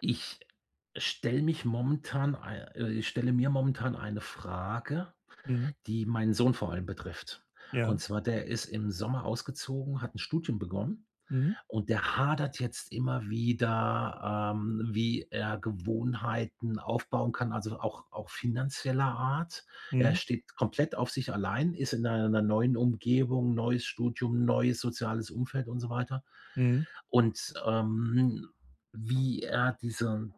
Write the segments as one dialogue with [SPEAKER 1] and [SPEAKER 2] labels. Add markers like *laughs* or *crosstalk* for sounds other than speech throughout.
[SPEAKER 1] Ich Ich stelle mir momentan eine Frage,
[SPEAKER 2] Mhm.
[SPEAKER 1] die meinen Sohn vor allem betrifft.
[SPEAKER 2] Ja.
[SPEAKER 1] Und zwar, der ist im Sommer ausgezogen, hat ein Studium begonnen
[SPEAKER 2] Mhm.
[SPEAKER 1] und der hadert jetzt immer wieder, wie er Gewohnheiten aufbauen kann, also auch finanzieller Art. Er
[SPEAKER 2] Mhm.
[SPEAKER 1] steht komplett auf sich allein, ist in einer neuen Umgebung, neues Studium, neues soziales Umfeld und so weiter.
[SPEAKER 2] Mhm.
[SPEAKER 1] Und, wie er diese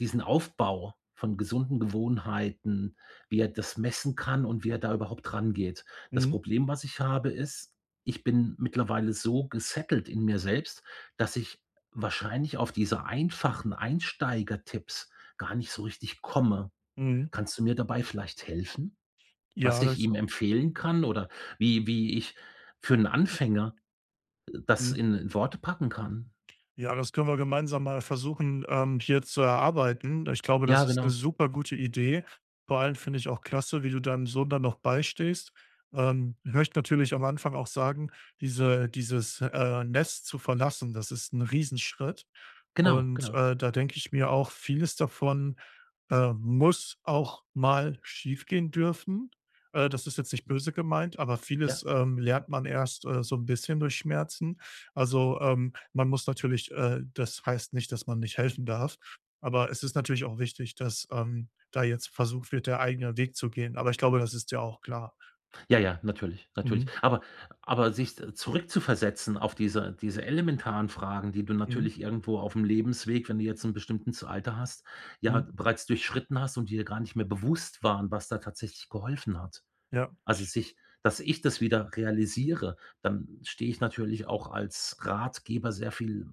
[SPEAKER 1] diesen Aufbau von gesunden Gewohnheiten, wie er das messen kann und wie er da überhaupt rangeht. Das
[SPEAKER 2] Mhm.
[SPEAKER 1] Problem, was ich habe, ist, ich bin mittlerweile so gesettelt in mir selbst, dass ich wahrscheinlich auf diese einfachen Einsteigertipps gar nicht so richtig komme.
[SPEAKER 2] Mhm.
[SPEAKER 1] Kannst du mir dabei vielleicht helfen, was
[SPEAKER 2] Ja,
[SPEAKER 1] ich
[SPEAKER 2] das
[SPEAKER 1] ihm empfehlen kann oder wie ich für einen Anfänger das
[SPEAKER 2] mhm.
[SPEAKER 1] in Worte packen kann?
[SPEAKER 2] Ja, das können wir gemeinsam mal versuchen, hier zu erarbeiten. Ich glaube, das
[SPEAKER 1] Ja,
[SPEAKER 2] ist eine
[SPEAKER 1] genau.
[SPEAKER 2] super gute Idee. Vor allem finde ich auch klasse, wie du deinem Sohn da noch beistehst. Ich möchte natürlich am Anfang auch sagen, dieses Nest zu verlassen, das ist ein Riesenschritt.
[SPEAKER 1] Genau,
[SPEAKER 2] Und,
[SPEAKER 1] genau.
[SPEAKER 2] da denke ich mir auch, vieles davon, muss auch mal schiefgehen dürfen. Das ist jetzt nicht böse gemeint, aber vieles,
[SPEAKER 1] Ja,
[SPEAKER 2] lernt man erst, so ein bisschen durch Schmerzen. Also, man muss natürlich das heißt nicht, dass man nicht helfen darf, aber es ist natürlich auch wichtig, dass, da jetzt versucht wird, der eigene Weg zu gehen. Aber ich glaube, das ist ja auch klar.
[SPEAKER 1] ja, ja, natürlich, natürlich.
[SPEAKER 2] Mhm.
[SPEAKER 1] Aber sich zurückzuversetzen auf diese elementaren Fragen, die du
[SPEAKER 2] Mhm.
[SPEAKER 1] natürlich irgendwo auf dem Lebensweg, wenn du jetzt 'n bestimmtes Alter hast, ja
[SPEAKER 2] Mhm.
[SPEAKER 1] bereits durchschritten hast und dir gar nicht mehr bewusst waren, was da tatsächlich geholfen hat.
[SPEAKER 2] Ja.
[SPEAKER 1] Also, sich, dass ich das wieder realisiere, dann stehe ich natürlich auch als Ratgeber sehr viel,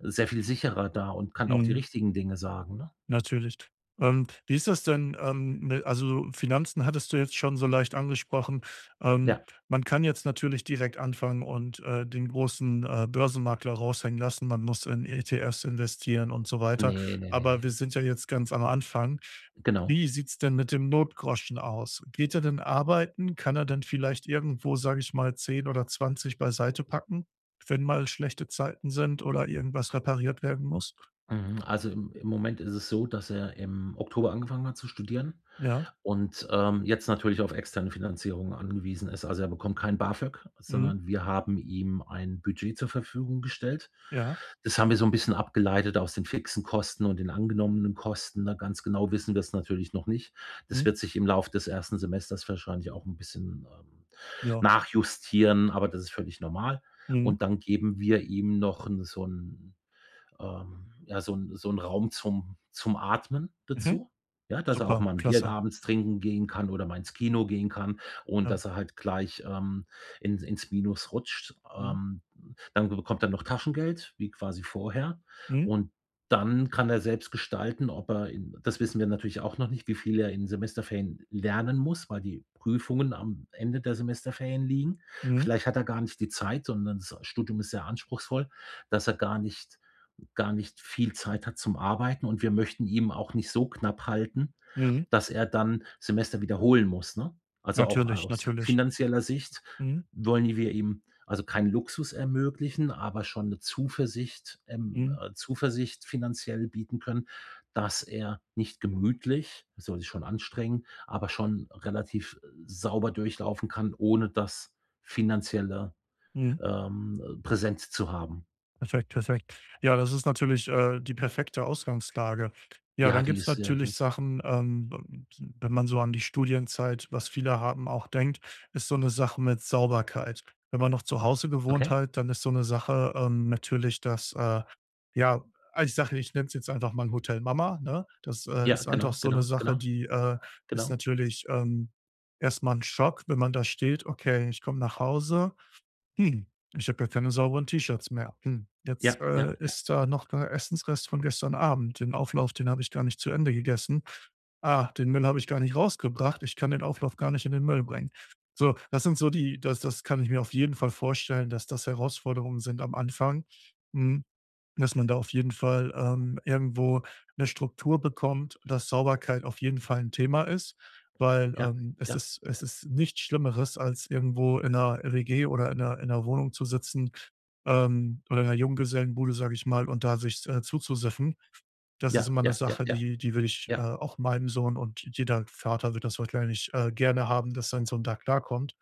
[SPEAKER 1] sehr viel sicherer da und kann auch die
[SPEAKER 2] Mhm.
[SPEAKER 1] richtigen Dinge sagen, ne?
[SPEAKER 2] Natürlich. Wie ist das denn, mi also Finanzen hattest du jetzt schon so leicht angesprochen. Ähm,
[SPEAKER 1] Ja.
[SPEAKER 2] man kann jetzt natürlich direkt anfangen und, den großen, Börsenmakler raushängen lassen. Man muss in ETFs investieren und so weiter.
[SPEAKER 1] Nee, nee, nee,
[SPEAKER 2] Aber wir
[SPEAKER 1] ne.
[SPEAKER 2] sind ja jetzt ganz am Anfang.
[SPEAKER 1] Genau.
[SPEAKER 2] Wie sieht's denn mit dem Notgroschen aus? Geht er denn arbeiten? Kann er denn vielleicht irgendwo, sage ich mal, 10 oder 20 beiseite packen, wenn mal schlechte Zeiten sind oder irgendwas repariert werden muss?
[SPEAKER 1] Mhm, also im Moment ist es so, dass er im Oktober angefangen hat zu studieren
[SPEAKER 2] Ja,
[SPEAKER 1] und, jetzt natürlich auf externe Finanzierung angewiesen ist. Also, er bekommt kein BAföG,
[SPEAKER 2] mhm,
[SPEAKER 1] sondern wir haben ihm ein Budget zur Verfügung gestellt.
[SPEAKER 2] ja.
[SPEAKER 1] Das haben wir so ein bisschen abgeleitet aus den fixen Kosten und den angenommenen Kosten. Na, ganz genau wissen wir es natürlich noch nicht. Das
[SPEAKER 2] Mhm.
[SPEAKER 1] wird sich im Laufe des ersten Semesters wahrscheinlich auch ein bisschen,
[SPEAKER 2] Ja.
[SPEAKER 1] nachjustieren, aber das ist völlig normal.
[SPEAKER 2] Mhm.
[SPEAKER 1] Und dann geben wir ihm noch 'n so ein ja, so ein Raum zum zum Atmen
[SPEAKER 2] Mhm.
[SPEAKER 1] dazu, ja, dass er auch
[SPEAKER 2] Super,
[SPEAKER 1] mal ein Bier
[SPEAKER 2] klasse.
[SPEAKER 1] abends trinken gehen kann oder mal ins Kino gehen kann und
[SPEAKER 2] Ja.
[SPEAKER 1] dass er halt gleich, in ins Minus rutscht.
[SPEAKER 2] Mhm.
[SPEAKER 1] Dann bekommt er noch Taschengeld, wie quasi vorher.
[SPEAKER 2] Mhm.
[SPEAKER 1] Und dann kann er selbst gestalten, ob er in das wissen wir natürlich auch noch nicht, wie viel er in Semesterferien lernen muss, weil die Prüfungen am Ende der Semesterferien liegen.
[SPEAKER 2] Mhm.
[SPEAKER 1] Vielleicht hat er gar nicht die Zeit, sondern das Studium ist sehr anspruchsvoll, dass er gar nicht viel Zeit hat zum Arbeiten und wir möchten ihm auch nicht so knapp halten,
[SPEAKER 2] Mhm.
[SPEAKER 1] dass er dann Semester wiederholen muss, ne? Also, auch
[SPEAKER 2] Natürlich,
[SPEAKER 1] aus
[SPEAKER 2] natürlich.
[SPEAKER 1] finanzieller Sicht
[SPEAKER 2] Mhm.
[SPEAKER 1] wollen wir ihm also keinen Luxus ermöglichen, aber schon eine
[SPEAKER 2] Mhm.
[SPEAKER 1] Zuversicht finanziell bieten können, dass er nicht gemütlich er soll sich schon anstrengen, aber schon relativ sauber durchlaufen kann, ohne das finanzielle,
[SPEAKER 2] Mhm.
[SPEAKER 1] präsent zu haben.
[SPEAKER 2] Perfekt, perfekt. Ja, das ist natürlich, die perfekte Ausgangslage. Ja,
[SPEAKER 1] Ja,
[SPEAKER 2] dann
[SPEAKER 1] die
[SPEAKER 2] gibt's
[SPEAKER 1] ist sehr
[SPEAKER 2] natürlich
[SPEAKER 1] gut.
[SPEAKER 2] Sachen, wenn man so an die Studienzeit, was viele haben, auch denkt, ist so eine Sache mit Sauberkeit. Wenn man noch zu Hause gewohnt
[SPEAKER 1] Okay.
[SPEAKER 2] hat, dann ist so eine Sache, natürlich, dass, ja, also, ich nenn's jetzt einfach mal Hotel Mama, ne? Das,
[SPEAKER 1] Ja,
[SPEAKER 2] ist einfach
[SPEAKER 1] genau,
[SPEAKER 2] so eine
[SPEAKER 1] genau,
[SPEAKER 2] Sache,
[SPEAKER 1] genau,
[SPEAKER 2] die, ist
[SPEAKER 1] genau.
[SPEAKER 2] natürlich, erst mal Schock, wenn man da steht: „Okay, ich komme nach Hause", hm, ich habe ja keine sauberen T-Shirts mehr. Hm,
[SPEAKER 1] Ja,
[SPEAKER 2] jetzt,
[SPEAKER 1] ja, ja,
[SPEAKER 2] ist da noch der Essensrest von gestern Abend. Den Auflauf, den habe ich gar nicht zu Ende gegessen. Ah, den Müll habe ich gar nicht rausgebracht. Ich kann den Auflauf gar nicht in den Müll bringen. So, das sind so die das das kann ich mir auf jeden Fall vorstellen, dass das Herausforderungen sind am Anfang. Mhm. Dass man da auf jeden Fall, irgendwo eine Struktur bekommt, dass Sauberkeit auf jeden Fall ein Thema ist, weil,
[SPEAKER 1] ja,
[SPEAKER 2] es
[SPEAKER 1] ja, ja,
[SPEAKER 2] ist es ist nichts Schlimmeres, als irgendwo in 'ner WG oder in einer Wohnung zu sitzen, oder in einer Junggesellenbude, sage ich mal, und da sich, zuzusiffen. Das ist
[SPEAKER 1] ja,
[SPEAKER 2] immer eine
[SPEAKER 1] ja, ja,
[SPEAKER 2] Sache, die
[SPEAKER 1] ja,
[SPEAKER 2] die will ich, auch meinem Sohn, und jeder Vater wird das wahrscheinlich, gerne haben, dass sein Sohn da klarkommt.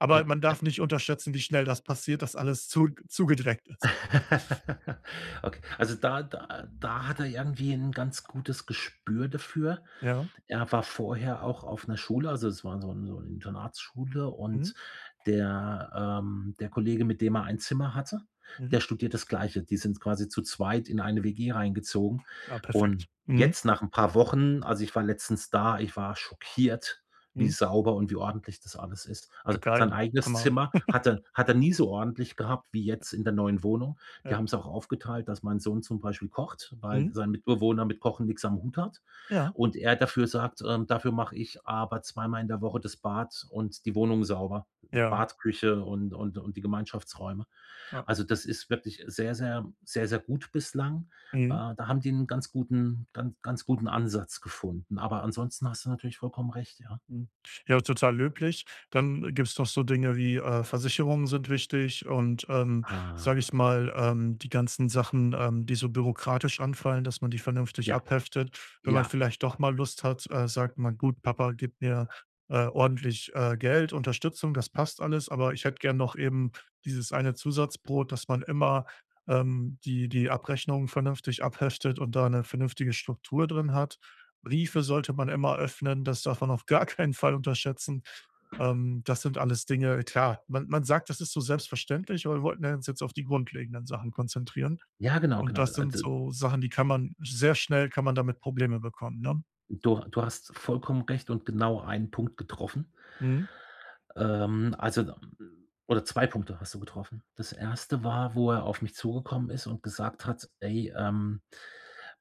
[SPEAKER 2] Aber
[SPEAKER 1] ja,
[SPEAKER 2] man
[SPEAKER 1] ja.
[SPEAKER 2] darf nicht unterschätzen, wie schnell das passiert, dass alles zu zugedreckt ist.
[SPEAKER 1] *laughs* Okay, also da hat er irgendwie ein ganz gutes Gespür dafür.
[SPEAKER 2] Ja.
[SPEAKER 1] Er war vorher auch auf einer Schule, also es war so 'n so 'ne Internatsschule
[SPEAKER 2] Mhm.
[SPEAKER 1] und der, der Kollege, mit dem er ein Zimmer hatte,
[SPEAKER 2] Mhm.
[SPEAKER 1] der studiert das Gleiche. Die sind quasi zu zweit in eine WG reingezogen.
[SPEAKER 2] Ja, perfekt.
[SPEAKER 1] Und
[SPEAKER 2] Mhm,
[SPEAKER 1] jetzt nach 'n paar Wochen, also, ich war letztens da, ich war schockiert, wie
[SPEAKER 2] mhm.
[SPEAKER 1] sauber und wie ordentlich das alles ist.
[SPEAKER 2] Ja,
[SPEAKER 1] Also, sein
[SPEAKER 2] geil.
[SPEAKER 1] eigenes
[SPEAKER 2] Hammer.
[SPEAKER 1] Zimmer hat er nie so ordentlich gehabt wie jetzt in der neuen Wohnung. Die
[SPEAKER 2] Ja.
[SPEAKER 1] haben's auch aufgeteilt, dass mein Sohn zum Beispiel kocht, weil
[SPEAKER 2] Mhm.
[SPEAKER 1] sein Mitbewohner mit Kochen nix am Hut hat
[SPEAKER 2] Ja,
[SPEAKER 1] und er dafür sagt, dafür mache ich aber zweimal in der Woche das Bad und die Wohnung sauber,
[SPEAKER 2] ja,
[SPEAKER 1] Badküche und die Gemeinschaftsräume.
[SPEAKER 2] ja.
[SPEAKER 1] Also, das ist wirklich sehr, sehr, sehr, sehr gut bislang.
[SPEAKER 2] Mhm.
[SPEAKER 1] Da haben die einen ganz guten, ganz guten Ansatz gefunden. Aber ansonsten hast du natürlich vollkommen recht, ja.
[SPEAKER 2] Mhm. Ja, total löblich. Dann gibt's noch so Dinge wie, Versicherungen sind wichtig, und, sage
[SPEAKER 1] Ah,
[SPEAKER 2] ich mal, die ganzen Sachen, die so bürokratisch anfallen, dass man die vernünftig
[SPEAKER 1] ja,
[SPEAKER 2] abheftet. Wenn man
[SPEAKER 1] ja.
[SPEAKER 2] vielleicht doch mal Lust hat, sagt man: „Gut, Papa gibt mir, ordentlich, Geld, Unterstützung, das passt alles, aber ich hätte gern noch eben dieses eine Zusatzbrot", dass man immer, die Abrechnungen vernünftig abheftet und da eine vernünftige Struktur drin hat. Briefe sollte man immer öffnen, das darf man auf gar keinen Fall unterschätzen. Das sind alles Dinge, klar, man sagt, das ist so selbstverständlich, aber wir wollten ja uns jetzt auf die grundlegenden Sachen konzentrieren.
[SPEAKER 1] Ja, genau,
[SPEAKER 2] Und
[SPEAKER 1] genau.
[SPEAKER 2] das sind
[SPEAKER 1] Also,
[SPEAKER 2] so Sachen, die kann man damit Probleme bekommen, ne?
[SPEAKER 1] du hast vollkommen recht und genau einen Punkt getroffen.
[SPEAKER 2] Mhm,
[SPEAKER 1] Oder 2 Punkte hast du getroffen. Das erste war, wo er auf mich zugekommen ist und gesagt hat: „Ey,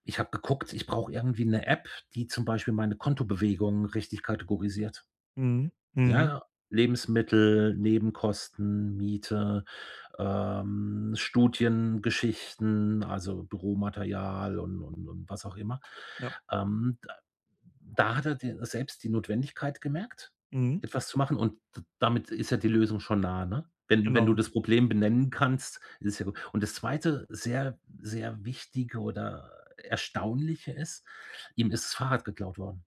[SPEAKER 1] ich habe geguckt, ich brauche irgendwie eine App, die zum Beispiel meine Kontobewegungen richtig kategorisiert.“
[SPEAKER 2] mhm, mhm,
[SPEAKER 1] Ja, Lebensmittel, Nebenkosten, Miete, Studien, Geschichten, also Büromaterial und was auch immer.
[SPEAKER 2] ja,
[SPEAKER 1] Ähm Da hat er die selbst die Notwendigkeit gemerkt,
[SPEAKER 2] mhm,
[SPEAKER 1] etwas zu machen und d damit ist ja die Lösung schon nah, ne? Wenn du
[SPEAKER 2] genau.
[SPEAKER 1] das Problem benennen kannst, ist es ja gut. Und das Zweite sehr, sehr Wichtige oder Erstaunliche ist, ihm ist das Fahrrad geklaut worden.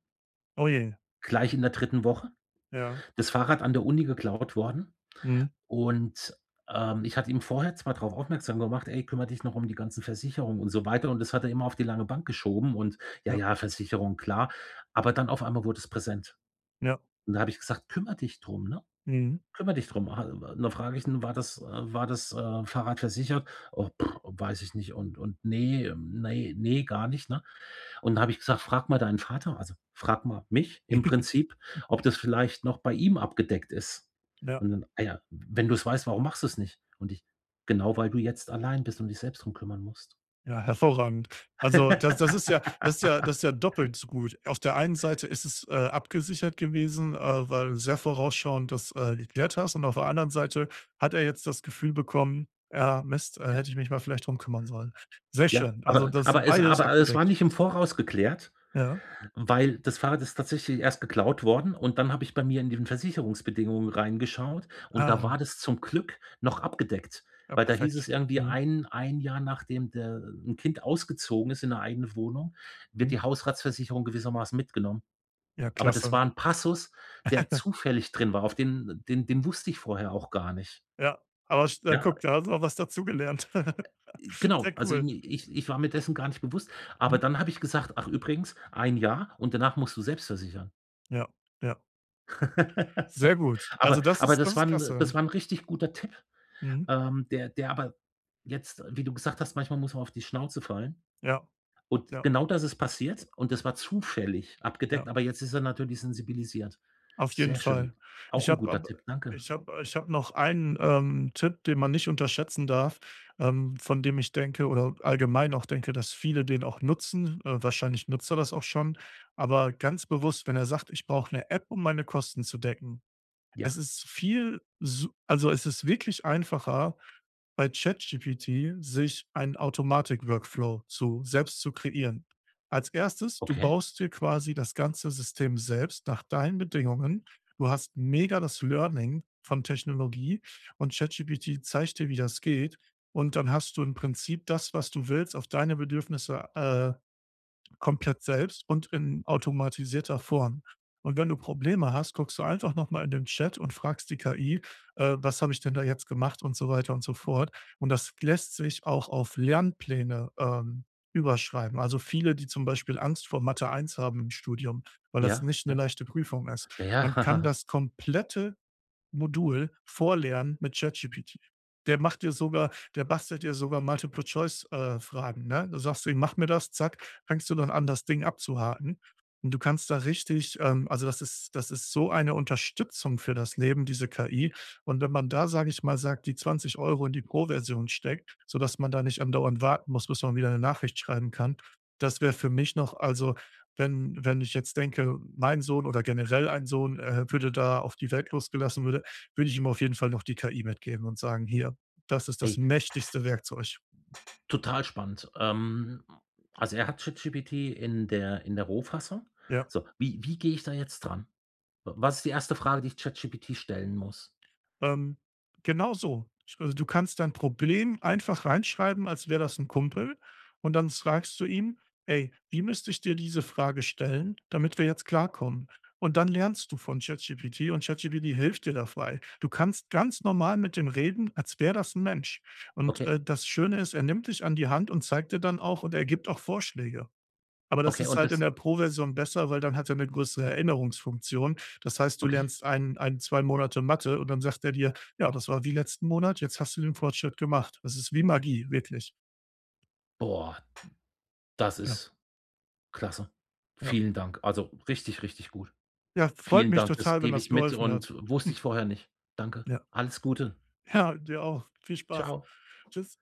[SPEAKER 2] Oh je,
[SPEAKER 1] Gleich in der dritten Woche,
[SPEAKER 2] ja,
[SPEAKER 1] das Fahrrad an der Uni geklaut worden
[SPEAKER 2] mhm,
[SPEAKER 1] und, ich hatte ihm vorher zwar drauf aufmerksam gemacht: „Ey, kümmere dich noch um die ganzen Versicherungen“ und so weiter und das hat er immer auf die lange Bank geschoben und: „Ja,
[SPEAKER 2] ja,
[SPEAKER 1] ja, Versicherung, klar.“ Aber dann auf einmal wurde es präsent.
[SPEAKER 2] ja,
[SPEAKER 1] Und da habe ich gesagt: „Kümmere dich drum, ne?
[SPEAKER 2] mhm,
[SPEAKER 1] Kümmere dich drum.“ Ha und dann frage ich ihn: „War das war das, Fahrrad versichert?“ „Oh, weiß ich nicht und und ne, ne, ne, gar nicht“, ne? Und dann habe ich gesagt: „Frag mal deinen Vater, also, frag mal mich im Prinzip, ob das vielleicht noch bei ihm abgedeckt ist.“
[SPEAKER 2] ja.
[SPEAKER 1] Und dann: „Ah ja, wenn du's weißt, warum machst du's nicht?“ Und ich: „Genau, weil du jetzt allein bist und dich selbst drum kümmern musst.“
[SPEAKER 2] Ja, hervorragend. Also, das
[SPEAKER 1] *laughs*
[SPEAKER 2] ist ja das ist ja das ist ja doppelt so gut. Auf der einen Seite ist es, abgesichert gewesen, weil du sehr vorausschauend das, geklärt hast, und auf der anderen Seite hat er jetzt das Gefühl bekommen: „Ja, Mist,
[SPEAKER 1] Ja,
[SPEAKER 2] hätte ich mich mal vielleicht drum kümmern sollen." Sehr
[SPEAKER 1] ja,
[SPEAKER 2] schön. Also,
[SPEAKER 1] aber
[SPEAKER 2] das ist
[SPEAKER 1] aber es
[SPEAKER 2] beides
[SPEAKER 1] aber es war
[SPEAKER 2] abgedeckt.
[SPEAKER 1] nicht im Voraus geklärt.
[SPEAKER 2] Ja.
[SPEAKER 1] Weil das Fahrrad ist tatsächlich erst geklaut worden und dann habe ich bei mir in den Versicherungsbedingungen reingeschaut und da
[SPEAKER 2] Ah,
[SPEAKER 1] war das zum Glück noch abgedeckt,
[SPEAKER 2] ja,
[SPEAKER 1] weil da hieß
[SPEAKER 2] perfekt.
[SPEAKER 1] es irgendwie
[SPEAKER 2] Mhm,
[SPEAKER 1] ein Jahr, nachdem der 'n Kind ausgezogen ist in eine eigene Wohnung, wird
[SPEAKER 2] mhm.
[SPEAKER 1] die Hausratsversicherung gewissermaßen mitgenommen.
[SPEAKER 2] Ja,
[SPEAKER 1] Aber das
[SPEAKER 2] klasse.
[SPEAKER 1] war ein Passus, der zufällig drin war, auf den wusste ich vorher auch gar nicht.
[SPEAKER 2] Ja, aber
[SPEAKER 1] Ja,
[SPEAKER 2] guck, da hast du auch was dazugelernt. *laughs*
[SPEAKER 1] genau.
[SPEAKER 2] Sehr
[SPEAKER 1] Also,
[SPEAKER 2] cool.
[SPEAKER 1] irgendwie ich war mir dessen gar nicht bewusst, aber
[SPEAKER 2] Mhm.
[SPEAKER 1] dann habe ich gesagt: „Ach übrigens, ein Jahr und danach musst du selbst versichern.“
[SPEAKER 2] Ja, ja. Sehr
[SPEAKER 1] *laughs*
[SPEAKER 2] gut. Also,
[SPEAKER 1] Aber aber das
[SPEAKER 2] das ist
[SPEAKER 1] war ein
[SPEAKER 2] klasse.
[SPEAKER 1] das war ein richtig guter Tipp,
[SPEAKER 2] Mhm.
[SPEAKER 1] der der aber jetzt, wie du gesagt hast, manchmal muss man auf die Schnauze fallen.
[SPEAKER 2] Ja.
[SPEAKER 1] Und
[SPEAKER 2] Ja,
[SPEAKER 1] genau das ist passiert und das war zufällig abgedeckt,
[SPEAKER 2] ja,
[SPEAKER 1] aber jetzt ist er natürlich sensibilisiert.
[SPEAKER 2] auf jeden
[SPEAKER 1] Sehr
[SPEAKER 2] Fall.
[SPEAKER 1] schön. Auch
[SPEAKER 2] Ich
[SPEAKER 1] ein
[SPEAKER 2] habe
[SPEAKER 1] guter
[SPEAKER 2] aber,
[SPEAKER 1] Tipp, danke.
[SPEAKER 2] ich habe noch einen, Tipp, den man nicht unterschätzen darf, von dem ich denke, oder allgemein auch denke, dass viele den auch nutzen. Wahrscheinlich nutzt er das auch schon. Aber ganz bewusst, wenn er sagt: „Ich brauche eine App, um meine Kosten zu decken." Es
[SPEAKER 1] Ja,
[SPEAKER 2] ist viel su also, es ist wirklich einfacher, bei ChatGPT sich einen Automatik-Workflow zu selbst zu kreieren. Als Erstes, du
[SPEAKER 1] okay.
[SPEAKER 2] baust dir quasi das ganze System selbst nach deinen Bedingungen. Du hast mega das Learning von Technologie, und ChatGPT zeigt dir, wie das geht. Und dann hast du im Prinzip das, was du willst, auf deine Bedürfnisse, komplett selbst und in automatisierter Form. Und wenn du Probleme hast, guckst du einfach nochmal in den Chat und fragst die KI, was habe ich denn da jetzt gemacht und so weiter und so fort. Und das lässt sich auch auf Lernpläne überschreiben. Also viele, die zum Beispiel Angst vor Mathe 1 haben im Studium, weil das
[SPEAKER 1] Ja,
[SPEAKER 2] nicht eine
[SPEAKER 1] ja.
[SPEAKER 2] leichte Prüfung ist.
[SPEAKER 1] Ja,
[SPEAKER 2] Man kann
[SPEAKER 1] ja.
[SPEAKER 2] das komplette Modul vorlernen mit ChatGPT. Der bastelt dir sogar Multiple Choice, Fragen, ne? du sagst du ihm: „Mach mir das", zack, fängst du dann an, das Ding abzuhaken. Und du kannst da richtig, also das ist so eine Unterstützung für das Leben, diese KI. Und wenn man da, sage ich mal, sagt, die 20 € in die Pro-Version steckt, sodass man da nicht andauernd warten muss, bis man wieder eine Nachricht schreiben kann, das wäre für mich noch, also, wenn ich jetzt denke, mein Sohn oder generell ein Sohn, würde da auf die Welt losgelassen, würde ich ihm auf jeden Fall noch die KI mitgeben und sagen: „Hier, das ist
[SPEAKER 1] *laughs*
[SPEAKER 2] das
[SPEAKER 1] Ey,
[SPEAKER 2] mächtigste Werkzeug."
[SPEAKER 1] total spannend. Also, er hat ChatGPT in der Rohfassung.
[SPEAKER 2] Ja,
[SPEAKER 1] So, wie gehe ich da jetzt dran? Was ist die erste Frage, die ich ChatGPT stellen muss?
[SPEAKER 2] ähm, genau so. Also, du kannst dein Problem einfach reinschreiben, als wäre das ein Kumpel, und dann fragst du ihm: „Ey, wie müsste ich dir diese Frage stellen, damit wir jetzt klarkommen?" Und dann lernst du von ChatGPT, und ChatGPT hilft dir dabei. Du kannst ganz normal mit dem reden, als wäre das ein Mensch. Und,
[SPEAKER 1] Okay.
[SPEAKER 2] das Schöne ist, er nimmt dich an die Hand und zeigt dir dann auch, und er gibt auch Vorschläge. Aber das
[SPEAKER 1] Okay,
[SPEAKER 2] ist
[SPEAKER 1] und
[SPEAKER 2] halt in
[SPEAKER 1] das
[SPEAKER 2] der Pro-Version besser, weil dann hat er eine größere Erinnerungsfunktion. Das heißt, du
[SPEAKER 1] okay.
[SPEAKER 2] lernst ein, 2 Monate Mathe, und dann sagt er dir: „Ja, das war wie letzten Monat, jetzt hast du den Fortschritt gemacht." Das ist wie Magie, wirklich.
[SPEAKER 1] Boah, das
[SPEAKER 2] Ja,
[SPEAKER 1] ist klasse.
[SPEAKER 2] ja.
[SPEAKER 1] Vielen Dank. Also, richtig, richtig gut.
[SPEAKER 2] Ja, freut
[SPEAKER 1] Vielen
[SPEAKER 2] mich
[SPEAKER 1] Dank. Das
[SPEAKER 2] total, wenn
[SPEAKER 1] gebe
[SPEAKER 2] das
[SPEAKER 1] ich mit
[SPEAKER 2] geholfen hat.
[SPEAKER 1] und wusste
[SPEAKER 2] Hm,
[SPEAKER 1] ich vorher nicht. Danke.
[SPEAKER 2] ja.
[SPEAKER 1] Alles Gute.
[SPEAKER 2] Ja, dir auch. Viel Spaß.
[SPEAKER 1] Tschau.
[SPEAKER 2] Tschüss.